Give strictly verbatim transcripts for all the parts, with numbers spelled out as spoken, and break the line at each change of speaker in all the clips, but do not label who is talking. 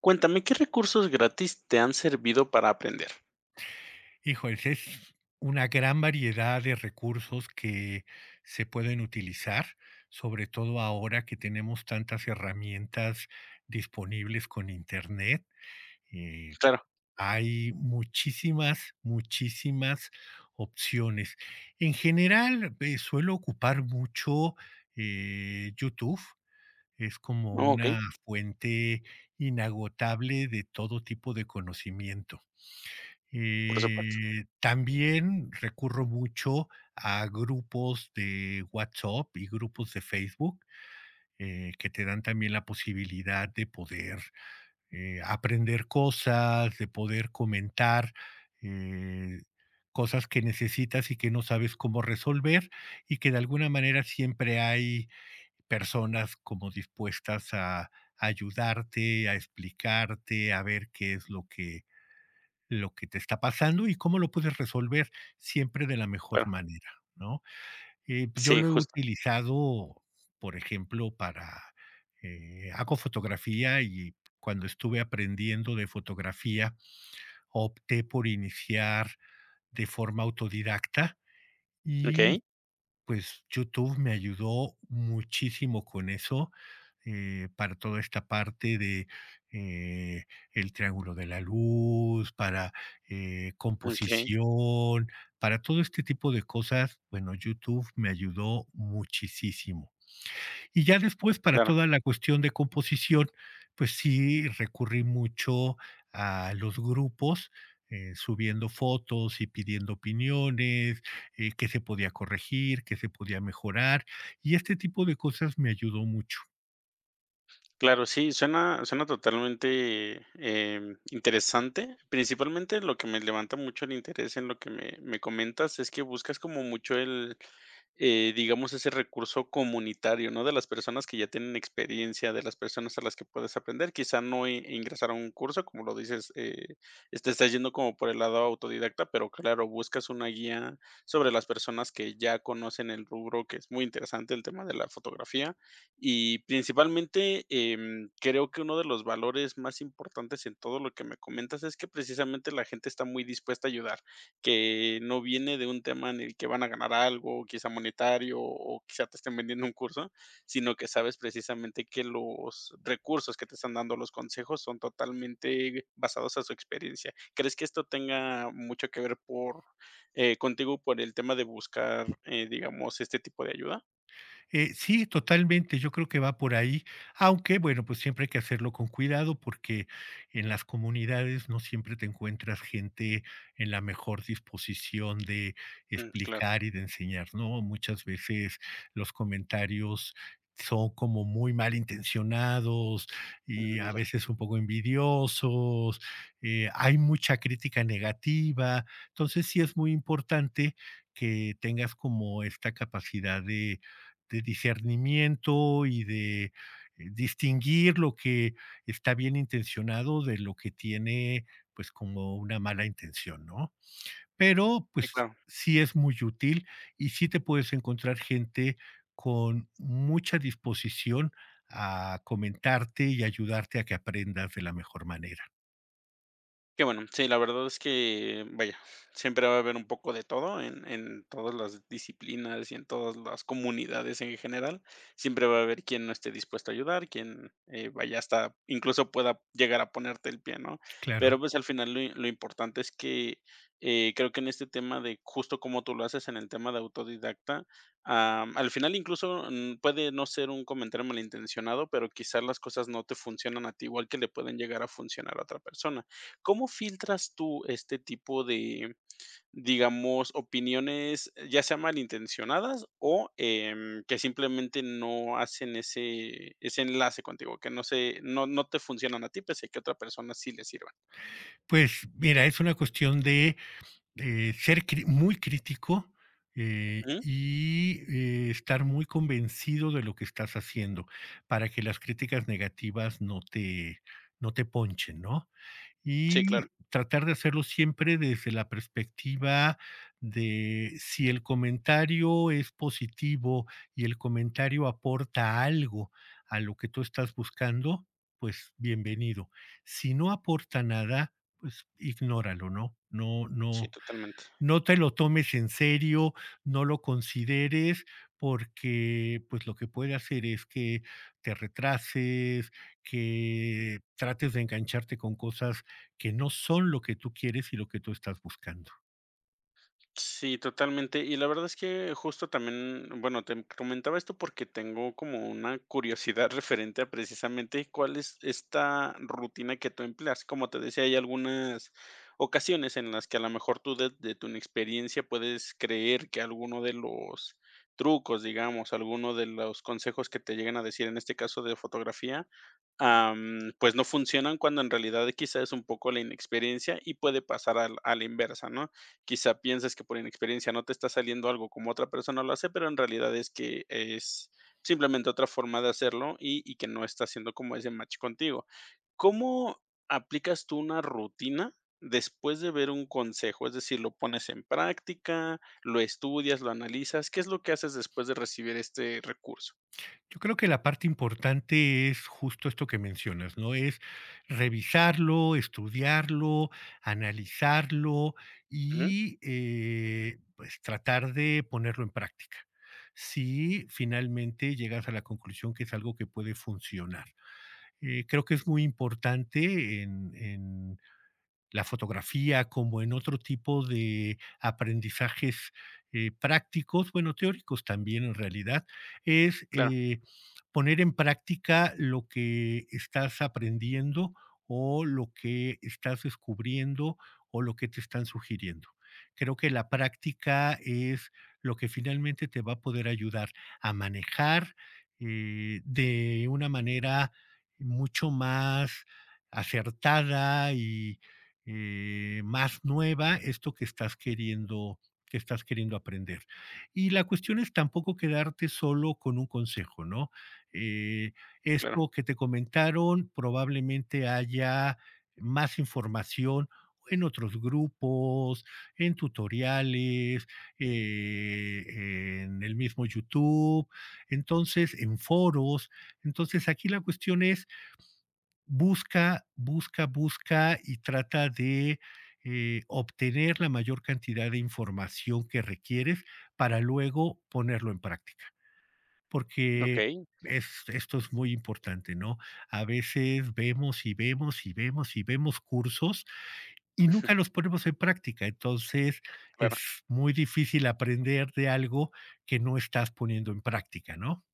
Cuéntame, ¿qué recursos gratis te han servido para aprender?
Híjoles, es una gran variedad de recursos que se pueden utilizar, sobre todo ahora que tenemos tantas herramientas disponibles con Internet. Eh,
Claro.
Hay muchísimas, muchísimas opciones. En general, eh, suelo ocupar mucho, eh, YouTube. Es como
Oh, okey,
una fuente inagotable de todo tipo de conocimiento.
por supuesto,
Eh, también recurro mucho a grupos de WhatsApp y grupos de Facebook, eh, que te dan también la posibilidad de poder, eh, aprender cosas, de poder comentar, eh, cosas que necesitas y que no sabes cómo resolver, y que de alguna manera siempre hay personas como dispuestas a ayudarte, a explicarte, a ver qué es lo que lo que te está pasando y cómo lo puedes resolver siempre de la mejor
claro.
manera, ¿no? Eh, pues, yo
Sí,
lo he
justo.
utilizado, por ejemplo, para eh, hago fotografía y cuando estuve aprendiendo de fotografía, opté por iniciar de forma autodidacta
Okey,
y pues, YouTube me ayudó muchísimo con eso, eh, para toda esta parte de, eh, el triángulo de la luz, para, eh,
okey,
composición, para todo este tipo de cosas, bueno, YouTube me ayudó muchísimo. Y ya después, para
claro.
toda la cuestión de composición, pues sí recurrí mucho a los grupos, eh, subiendo fotos y pidiendo opiniones, eh, qué se podía corregir, qué se podía mejorar, y este tipo de cosas me ayudó mucho.
Claro, sí, suena suena totalmente, em, interesante. Principalmente, lo que me levanta mucho el interés en lo que me me comentas es que buscas como mucho el, eh, digamos, ese recurso comunitario, ¿no? De las personas que ya tienen experiencia, de las personas a las que puedes aprender. Quizá no i ingresar a un curso, como lo dices, eh, te estás yendo como por el lado autodidacta, pero claro, buscas una guía sobre las personas que ya conocen el rubro, que es muy interesante el tema de la fotografía. Y principalmente, em, creo que uno de los valores más importantes en todo lo que me comentas es que precisamente la gente está muy dispuesta a ayudar, que no viene de un tema en el que van a ganar algo, quizá monetario o quizá te estén vendiendo un curso, sino que sabes precisamente que los recursos que te están dando, los consejos, son totalmente basados a su experiencia. ¿Crees que esto tenga mucho que ver por eh, contigo por el tema de buscar, eh, digamos, este tipo de ayuda?
Eh, sí, totalmente, yo creo que va por ahí, aunque bueno, pues siempre hay que hacerlo con cuidado porque en las comunidades no siempre te encuentras gente en la mejor disposición de
Mm, claro,
explicar y de enseñar, ¿no? Muchas veces los comentarios son como muy malintencionados y
mm,
a
ya.
veces un poco envidiosos, eh, hay mucha crítica negativa, entonces sí es muy importante que tengas como esta capacidad de de discernimiento y de eh, distinguir lo que está bien intencionado de lo que tiene pues como una mala intención, ¿no? Pero
Sí,
pues
claro.
sí es muy útil y sí te puedes encontrar gente con mucha disposición a comentarte y ayudarte a que aprendas de la mejor manera.
Qué bueno, sí, la verdad es que, vaya, siempre va a haber un poco de todo en en todas las disciplinas y en todas las comunidades en general. Siempre va a haber quien no esté dispuesto a ayudar, quien, eh, vaya, hasta incluso pueda llegar a ponerte el pie, ¿no? Pero,
Claro.
pues, al final lo lo importante es que, eh, creo que en este tema de justo como tú lo haces en el tema de autodidacta, am, al final incluso, mm, puede no ser un comentario malintencionado, pero quizás las cosas no te funcionan a ti igual que le pueden llegar a funcionar a otra persona. ¿Cómo filtras tú este tipo de, digamos, opiniones, ya sea malintencionadas o em, que simplemente no hacen ese, ese enlace contigo, que no se, no, no te funcionan a ti, pese a que a otra persona sí le sirvan?
Pues mira, es una cuestión de Eh, ser cri muy crítico, eh,
Ujú.
y, eh, estar muy convencido de lo que estás haciendo, para que las críticas negativas no te no te ponchen, ¿no?
Sí, claro.
Y tratar de hacerlo siempre desde la perspectiva de si el comentario es positivo y el comentario aporta algo a lo que tú estás buscando, pues bienvenido. Si no aporta nada, pues ignóralo, ¿no? No
Sí,
no
totalmente.
no te lo tomes en serio, no lo consideres, porque pues lo que puede hacer es que te retrases, que trates de engancharte con cosas que no son lo que tú quieres y lo que tú estás buscando.
Sí, totalmente. Y la verdad es que justo también, bueno, te comentaba esto porque tengo como una curiosidad referente a precisamente cuál es esta rutina que tú empleas. Como te decía, hay algunas ocasiones en las que a lo mejor tú de, de tu inexperiencia puedes creer que alguno de los trucos, digamos, alguno de los consejos que te llegan a decir, en este caso de fotografía, am, pues no funcionan cuando en realidad quizá es un poco la inexperiencia y puede pasar al- a la inversa, ¿no? Quizá pienses que por inexperiencia no te está saliendo algo como otra persona lo hace, pero en realidad es que es simplemente otra forma de hacerlo y y que no está haciendo como ese match contigo. ¿Cómo aplicas tú una rutina después de ver un consejo? Es decir, ¿lo pones en práctica, lo estudias, lo analizas? ¿Qué es lo que haces después de recibir este recurso?
Yo creo que la parte importante es justo esto que mencionas, ¿no? Es revisarlo, estudiarlo, analizarlo
Ujú.
y, eh, pues, tratar de ponerlo en práctica. Si finalmente llegas a la conclusión que es algo que puede funcionar. Eh, creo que es muy importante en en la fotografía como en otro tipo de aprendizajes eh, prácticos, bueno, teóricos también en realidad, es
Claro,
eh, poner en práctica lo que estás aprendiendo o lo que estás descubriendo o lo que te están sugiriendo. Creo que la práctica es lo que finalmente te va a poder ayudar a manejar eh, de una manera mucho más acertada eh, más nueva esto que estás queriendo que estás queriendo aprender. Y la cuestión es tampoco quedarte solo con un consejo, ¿no? Eh,
claro.
Esto que te comentaron, probablemente haya más información en otros grupos, en tutoriales, eh, en el mismo YouTube, entonces en foros. Entonces aquí la cuestión es busca, busca, busca y trata de eh, obtener la mayor cantidad de información que requieres para luego ponerlo en práctica. Porque
Okey,
es- esto es muy importante, ¿no? A veces vemos y vemos y vemos y vemos cursos y nunca los ponemos en práctica. Entonces es
claro.
muy difícil aprender de algo que no estás poniendo en práctica, ¿no?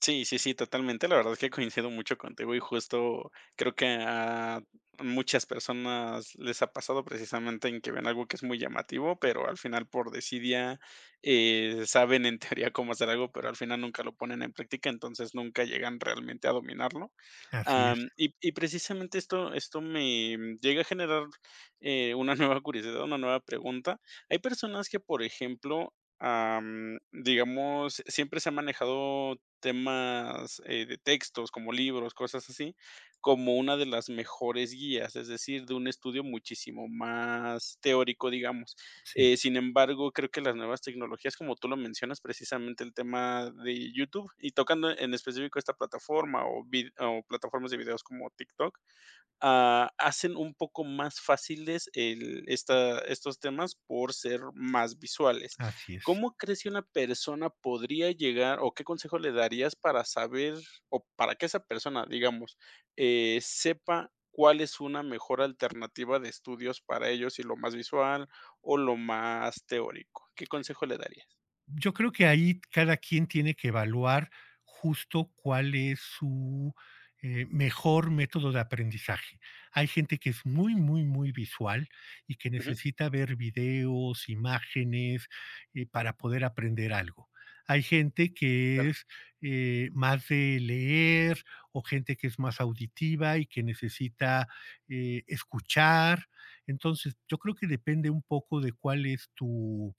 Sí, sí, sí, totalmente. La verdad es que coincido mucho contigo y justo creo que a muchas personas les ha pasado precisamente en que ven algo que es muy llamativo, pero al final por desidia eh, saben en teoría cómo hacer algo, pero al final nunca lo ponen en práctica, entonces nunca llegan realmente a dominarlo.
Así es,
Am, y, y precisamente esto, esto me mm, llega a generar eh, una nueva curiosidad, una nueva pregunta. Hay personas que, por ejemplo, am, digamos, siempre se ha manejado temas, eh, de textos, como libros, cosas así, como una de las mejores guías, es decir, de un estudio muchísimo más teórico, digamos.
sí,
Eh, sin embargo, creo que las nuevas tecnologías, como tú lo mencionas, precisamente el tema de YouTube, y tocando en específico esta plataforma o vid o plataformas de videos como TikTok, ah, hacen un poco más fáciles el esta estos temas por ser más visuales.
así es.
¿Cómo crees que una persona podría llegar o qué consejo le darías para saber o para que esa persona, digamos, eh, sepa cuál es una mejor alternativa de estudios para ellos, si lo más visual o lo más teórico? ¿Qué consejo le darías?
Yo creo que ahí cada quien tiene que evaluar justo cuál es su eh, mejor método de aprendizaje. Hay gente que es muy, muy, muy visual y que
Ujú,
necesita ver videos, imágenes eh, para poder aprender algo. Hay gente que
claro,
es eh, más de leer o gente que es más auditiva y que necesita eh, escuchar. Entonces, yo creo que depende un poco de cuál es tu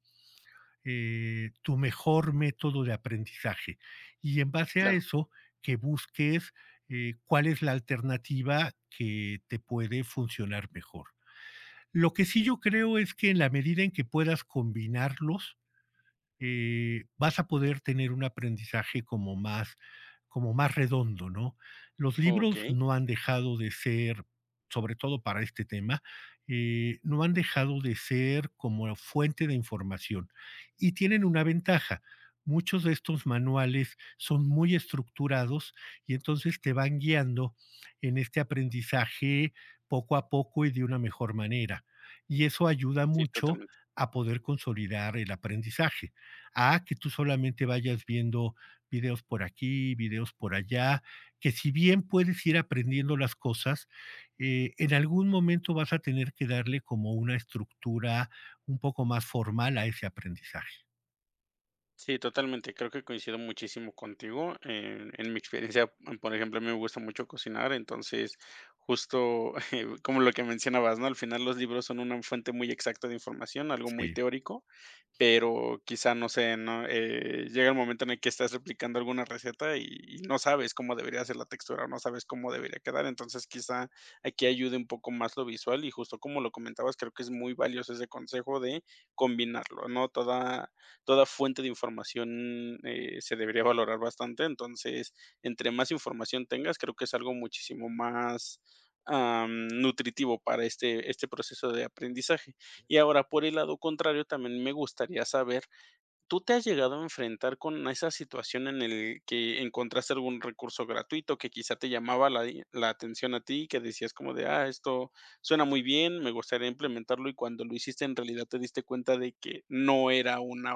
eh, tu mejor método de aprendizaje. Y en base a
claro.
eso, que busques eh, cuál es la alternativa que te puede funcionar mejor. Lo que sí yo creo es que en la medida en que puedas combinarlos, eh, vas a poder tener un aprendizaje como más, como más redondo, ¿no? Los libros
Okey,
no han dejado de ser, sobre todo para este tema, eh, no han dejado de ser como fuente de información y tienen una ventaja. Muchos de estos manuales son muy estructurados y entonces te van guiando en este aprendizaje poco a poco y de una mejor manera. Y eso ayuda
sí,
mucho
totalmente.
a poder consolidar el aprendizaje a que tú solamente vayas viendo videos por aquí, videos por allá, que si bien puedes ir aprendiendo las cosas, eh, en algún momento vas a tener que darle como una estructura un poco más formal a ese aprendizaje.
Sí, totalmente. Creo que coincido muchísimo contigo. En, en mi experiencia, mm, por ejemplo, a mí me gusta mucho cocinar, entonces justo eh, como lo que mencionabas, ¿no? Al final los libros son una fuente muy exacta de información, algo muy
Sí.
teórico, pero quizá, no sé, ¿no? Eh, llega el momento en el que estás replicando alguna receta y, y no sabes cómo debería ser la textura o no sabes cómo debería quedar. Entonces, quizá aquí ayude un poco más lo visual y justo como lo comentabas, creo que es muy valioso ese consejo de combinarlo, ¿no? Toda, toda fuente de información eh, se debería valorar bastante. Entonces, entre más información tengas, creo que es algo muchísimo más am, nutritivo para este, este proceso de aprendizaje. Y ahora, por el lado contrario, también me gustaría saber, ¿tú te has llegado a enfrentar con esa situación en el que encontraste algún recurso gratuito que quizá te llamaba la i la atención a ti, que decías como de: "Ah, esto suena muy bien, me gustaría implementarlo", y cuando lo hiciste, en realidad te diste cuenta de que no era una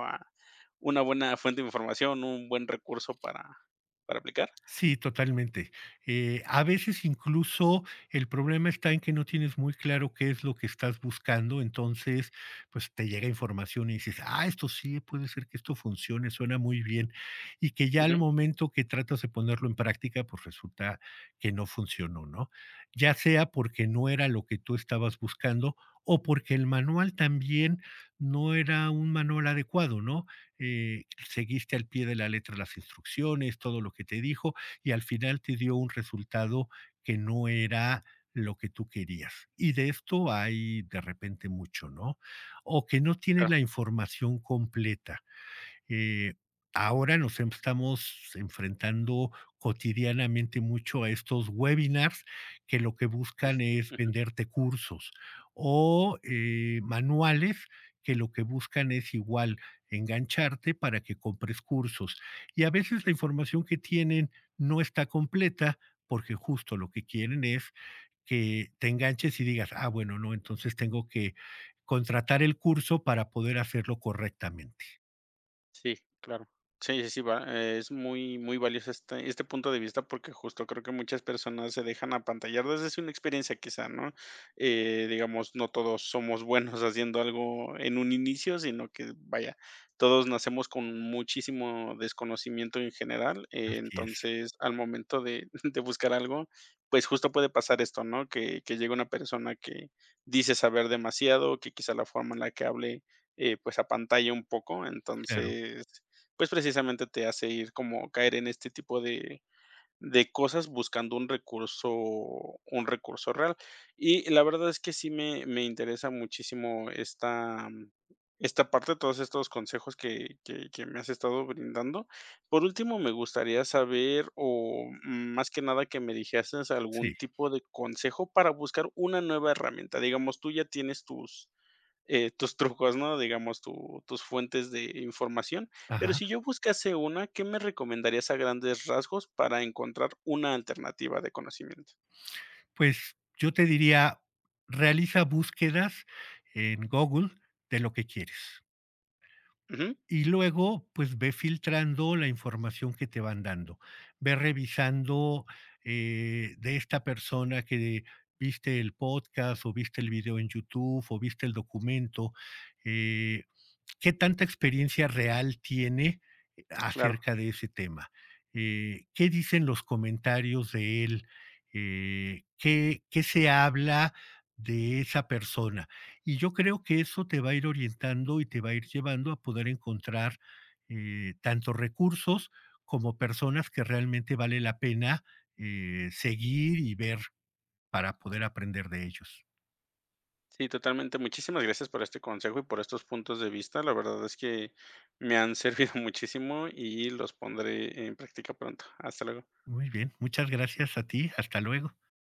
una buena fuente de información, un buen recurso para para aplicar?
Sí, totalmente. Eh, a veces incluso el problema está en que no tienes muy claro qué es lo que estás buscando, entonces, pues te llega información y dices, ah, esto sí, puede ser que esto funcione, suena muy bien, y que ya al
Ujú,
momento que tratas de ponerlo en práctica, pues resulta que no funcionó, ¿no? Ya sea porque no era lo que tú estabas buscando o porque el manual también no era un manual adecuado, ¿no? Eh, Seguiste al pie de la letra las instrucciones, todo lo que te dijo y al final te dio un resultado que no era lo que tú querías. Y de esto hay de repente mucho, ¿no? O que no tiene
claro.
la información completa. Eh, Ahora nos estamos enfrentando cotidianamente mucho a estos webinars que lo que buscan es venderte cursos o eh, manuales que lo que buscan es igual engancharte para que compres cursos. Y a veces la información que tienen no está completa porque justo lo que quieren es que te enganches y digas, ah, bueno, no, entonces tengo que contratar el curso para poder hacerlo correctamente.
Sí, claro. Sí, sí, sí, va, eh, es muy, muy valioso este, este punto de vista porque justo creo que muchas personas se dejan apantallar desde su experiencia quizá, ¿no? Eh, digamos, no todos somos buenos haciendo algo en un inicio, sino que, vaya, todos nacemos con muchísimo desconocimiento en general, eh,
Así es.
entonces al momento de, de buscar algo, pues justo puede pasar esto, ¿no? Que, que llega una persona que dice saber demasiado, que quizá la forma en la que hable eh, pues, apantalla un poco.
Claro,
Entonces, pues, precisamente te hace ir como caer en este tipo de de cosas buscando un recurso un recurso real. Y la verdad es que sí me me interesa muchísimo esta esta parte, todos estos consejos que que que me has estado brindando. Por último, me gustaría saber, o mm, más que nada, que me dijeras algún
sí,
tipo de consejo para buscar una nueva herramienta. Digamos, tú ya tienes tus eh, tus trucos, ¿no? Digamos, tu tus fuentes de información. Pero si
ajá.
yo buscase una, ¿qué me recomendarías a grandes rasgos para encontrar una alternativa de conocimiento?
Pues, yo te diría, realiza búsquedas en Google de lo que quieres.
Ujú,
Y luego, pues, ve filtrando la información que te van dando. Ve revisando, eh, de esta persona que viste el podcast, o viste el video en YouTube, o viste el documento, eh ¿Qué tanta experiencia real tiene eh,
claro.
acerca de ese tema? Eh, ¿qué dicen los comentarios de él? Eh, ¿qué, ¿qué se habla de esa persona? Y yo creo que eso te va a ir orientando y te va a ir llevando a poder encontrar eh, tanto recursos como personas que realmente vale la pena eh, seguir y ver para poder aprender de ellos.
Sí, totalmente. Muchísimas gracias por este consejo y por estos puntos de vista. La verdad es que me han servido muchísimo y los pondré en práctica pronto. Hasta luego.
Muy bien, muchas gracias a ti, hasta luego.